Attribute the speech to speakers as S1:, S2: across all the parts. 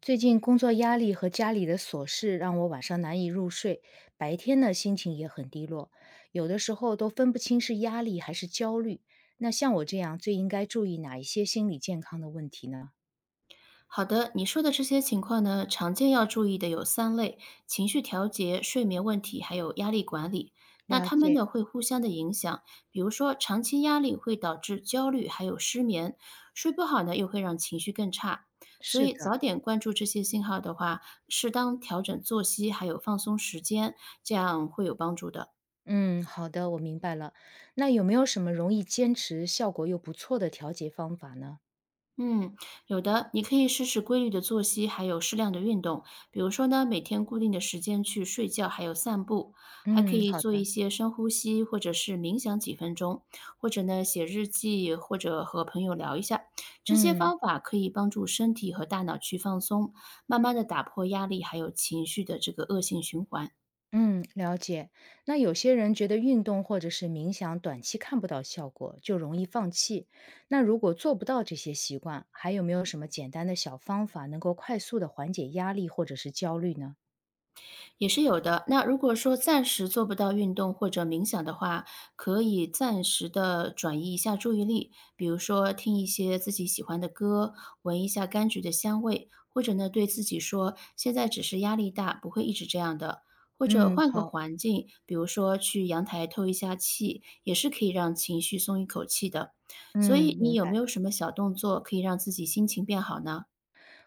S1: 最近工作压力和家里的琐事让我晚上难以入睡，白天呢心情也很低落，有的时候都分不清是压力还是焦虑。那像我这样，最应该注意哪一些心理健康的问题呢？
S2: 好的，你说的这些情况呢，常见要注意的有3类：情绪调节、睡眠问题，还有压力管理。那
S1: 了
S2: 它们
S1: 解。
S2: 呢会互相的影响，比如说长期压力会导致焦虑，还有失眠，睡不好呢又会让情绪更差。所
S1: 是
S2: 以
S1: 的。
S2: 早点关注这些信号的话，适当调整作息，还有放松时间，这样会有帮助的。
S1: 嗯，好的，我明白了。那有没有什么容易坚持、效果又不错的调节方法呢？
S2: 嗯，有的，你可以试试规律的作息，还有适量的运动。比如说呢，每天固定的时间去睡觉，还有散步，还可
S1: 嗯，
S2: 以
S1: 好
S2: 做一
S1: 的。
S2: 些深呼吸，或者是冥想几分钟，或者呢写日记，或者和朋友聊一下。这些
S1: 嗯。
S2: 方法可以帮助身体和大脑去放松，慢慢的打破压力还有情绪的这个恶性循环。
S1: 嗯，了解。那有些人觉得运动或者是冥想短期看不到效果，就容易放弃。那如果做不到这些习惯，还有没有什么简单的小方法能够快速的缓解压力或者是焦虑呢？
S2: 也是有的。那如果说暂时做不到运动或者冥想的话，可以暂时的转移一下注意力，比如说听一些自己喜欢的歌，闻一下柑橘的香味，或者呢对自己说，现在只是压力大，不会一直这样的。或者
S1: 嗯，
S2: 换个
S1: 好。
S2: 环境，比如说去阳台透一下气，也是可以让情绪松一口气的。所
S1: 嗯，
S2: 以你
S1: 明
S2: 有没
S1: 白。
S2: 有什么小动作可以让自己心情变好呢？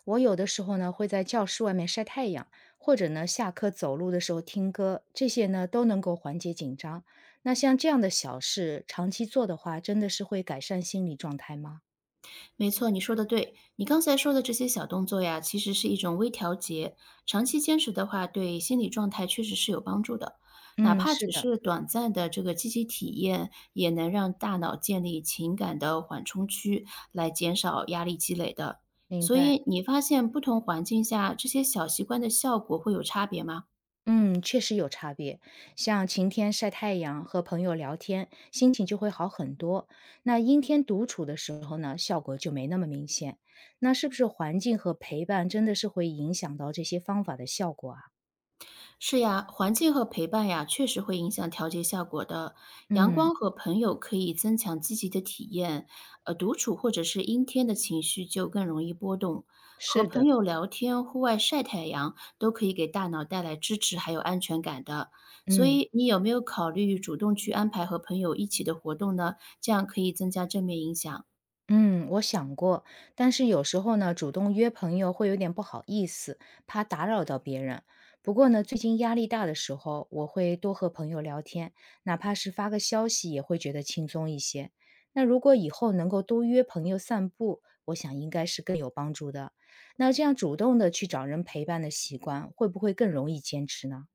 S1: 我有的时候呢会在教室外面晒太阳，或者呢下课走路的时候听歌，这些呢都能够缓解紧张。那像这样的小事，长期做的话，真的是会改善心理状态吗？
S2: 没错，你说的对。你刚才说的这些小动作呀，其实是一种微调节。长期坚持的话，对心理状态确实是有帮助的。哪
S1: 嗯，
S2: 怕
S1: 是
S2: 只
S1: 的，
S2: 是短暂的这个积极体验，也能让大脑建立情感的缓冲区，来减少压力积累的。
S1: 明
S2: 所
S1: 白。
S2: 以，你发现不同环境下这些小习惯的效果会有差别吗？
S1: 嗯，确实有差别。像晴天晒太阳和朋友聊天，心情就会好很多。那阴天独处的时候呢，效果就没那么明显。那是不是环境和陪伴真的是会影响到这些方法的效果啊？
S2: 是呀，环境和陪伴呀，确实会影响调节效果的。阳
S1: 嗯，
S2: 光和朋友可以增强积极的体验，独处或者是阴天的情绪就更容易波动。和
S1: 是
S2: 朋
S1: 的。
S2: 友聊天、户外晒太阳都可以给大脑带来支持还有安全感的。所
S1: 嗯。
S2: 以，你有没有考虑主动去安排和朋友一起的活动呢？这样可以增加正面影响。
S1: 嗯，我想过，但是有时候呢，主动约朋友会有点不好意思，怕打扰到别人。不过呢，最近压力大的时候，我会多和朋友聊天，哪怕是发个消息，也会觉得轻松一些。那如果以后能够多约朋友散步，我想应该是更有帮助的。那这样主动的去找人陪伴的习惯，会不会更容易坚持呢？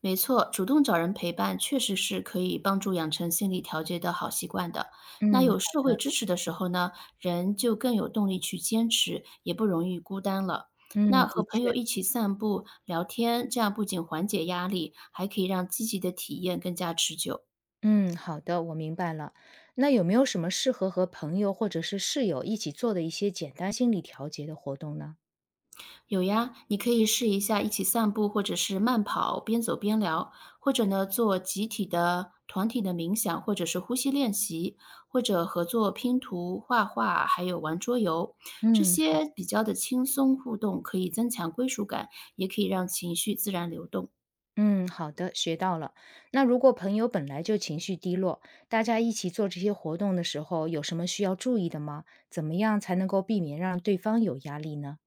S2: 没错，主动找人陪伴确实是可以帮助养成心理调节的好习惯的。那
S1: 嗯，
S2: 有
S1: 好
S2: 社会
S1: 的。
S2: 支持的时候呢，人就更有动力去坚持，也不容易孤单了。
S1: 嗯，
S2: 那和
S1: 的
S2: 朋友
S1: 确。
S2: 一起散步、聊天，这样不仅缓解压力，还可以让积极的体验更加持久。
S1: 嗯，好的，我明白了。那有没有什么适合和朋友或者是室友一起做的一些简单心理调节的活动呢？
S2: 有呀，你可以试一下一起散步，或者是慢跑，边走边聊，或者呢做集体的、团体的冥想，或者是呼吸练习，或者合作拼图、画画，还有玩桌游，这
S1: 嗯。
S2: 些比较的轻松互动，可以增强归属感，也可以让情绪自然流动。
S1: 嗯，好的，学到了。那如果朋友本来就情绪低落，大家一起做这些活动的时候，有什么需要注意的吗？怎么样才能够避免让对方有压力呢？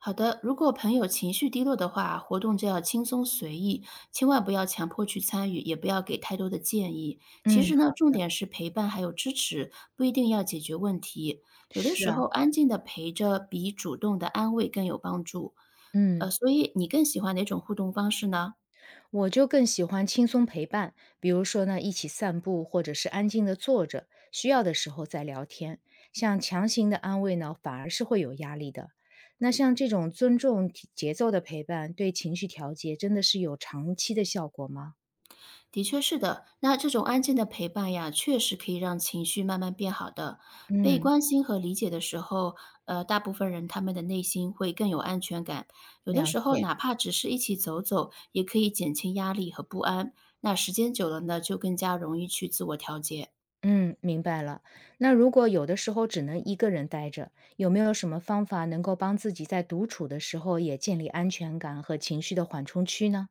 S2: 好的，如果朋友情绪低落的话，活动就要轻松随意，千万不要强迫去参与，也不要给太多的建议。其
S1: 嗯。
S2: 实呢，重点是陪伴还有支持，不一定要解决问题。有的
S1: 是
S2: 时
S1: 啊。
S2: 候，安静的陪着比主动的安慰更有帮助。
S1: 嗯。
S2: 所以你更喜欢哪种互动方式呢？
S1: 我就更喜欢轻松陪伴，比如说呢，一起散步，或者是安静的坐着，需要的时候再聊天。像强行的安慰呢，反而是会有压力的。那像这种尊重节节奏的陪伴，对情绪调节真的是有长期的效果吗？
S2: 的确是的，那这种安静的陪伴呀，确实可以让情绪慢慢变好的。被
S1: 嗯，
S2: 关心和理解的时候，大部分人他们的内心会更有安全感。有的
S1: 了
S2: 时候，
S1: 解。
S2: 哪怕只是一起走走，也可以减轻压力和不安。那时间久了呢，就更加容易去自我调节。
S1: 嗯，明白了。那如果有的时候只能一个人待着，有没有什么方法能够帮自己在独处的时候也建立安全感和情绪的缓冲区呢？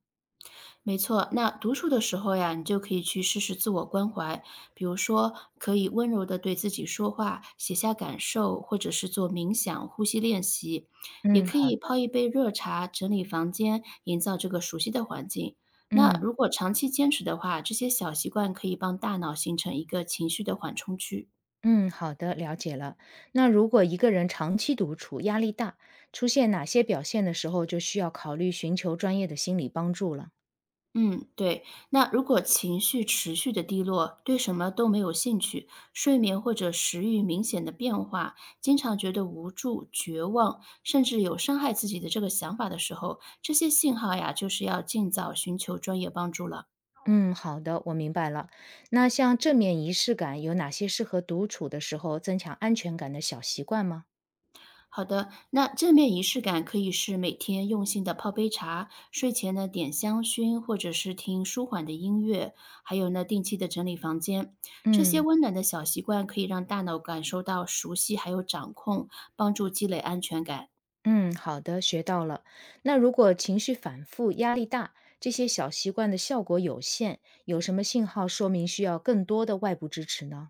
S2: 没错，那独处的时候呀，你就可以去试试自我关怀，比如说可以温柔的对自己说话，写下感受，或者是做冥想、呼吸练习，也
S1: 嗯，
S2: 可
S1: 好
S2: 以
S1: 的。
S2: 泡一杯热茶，整理房间，营造这个熟悉的环境。那
S1: 嗯。
S2: 如果长期坚持的话，这些小习惯可以帮大脑形成一个情绪的缓冲区。
S1: 嗯，好的，了解了。那如果一个人长期独处，压力大，出现哪些表现的时候，就需要考虑寻求专业的心理帮助了。
S2: 嗯，对。那如果情绪持续的低落，对什么都没有兴趣，睡眠或者食欲明显的变化，经常觉得无助、绝望，甚至有伤害自己的这个想法的时候，这些信号呀，就是要尽早寻求专业帮助了。
S1: 嗯，好的，我明白了。那像正面仪式感，有哪些适合独处的时候增强安全感的小习惯吗？
S2: 好的，那正面仪式感可以是每天用心的泡杯茶，睡前呢点香薰，或者是听舒缓的音乐，还有呢定期的整理房间。这些
S1: 嗯
S2: 温暖的小习惯可以让大脑感受到熟悉还有掌控，帮助积累安全感。
S1: 嗯，好的，学到了。那如果情绪反复、压力大，这些小习惯的效果有限，有什么信号说明需要更多的外部支持呢？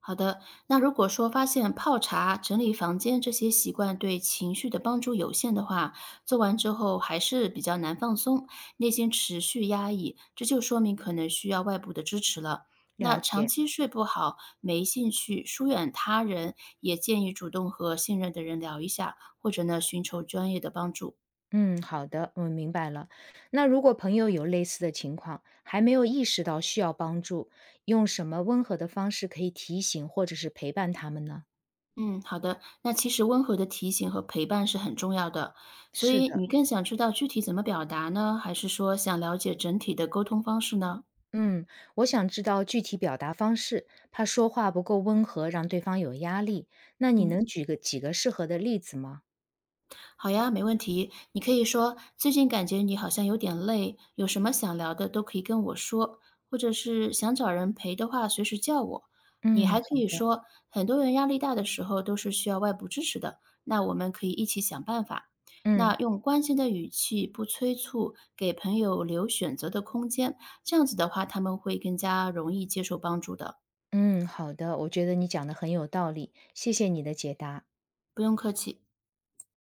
S2: 好的，那如果说发现泡茶、整理房间这些习惯对情绪的帮助有限的话，做完之后还是比较难放松，内心持续压抑，这就说明可能需要外部的支持了。那
S1: 了
S2: 长
S1: 解。
S2: 期睡不好、没兴趣、疏远他人，也建议主动和信任的人聊一下，或者呢寻求专业的帮助。
S1: 嗯，好的，我明白了。那如果朋友有类似的情况，还没有意识到需要帮助，用什么温和的方式可以提醒或者是陪伴他们呢？
S2: 嗯，好的。那其实温和的提醒和陪伴是很重要的，所
S1: 是
S2: 以
S1: 的。
S2: 你更想知道具体怎么表达呢？还是说想了解整体的沟通方式呢？
S1: 嗯，我想知道具体表达方式，怕说话不够温和，让对方有压力。那你
S2: 嗯。
S1: 能举个几个适合的例子吗？
S2: 好呀，没问题。你可以说最近感觉你好像有点累，有什么想聊的都可以跟我说，或者是想找人陪的话，随时叫我。你
S1: 嗯，
S2: 还可
S1: 好
S2: 以
S1: 的。
S2: 说，很多人压力大的时候都是需要外部支持的，那我们可以一起想办法。那
S1: 嗯
S2: 用关心的语气，不催促，给朋友留选择的空间，这样子的话，他们会更加容易接受帮助的。
S1: 嗯，好的，我觉得你讲的很有道理，谢谢你的解答。
S2: 不用客气。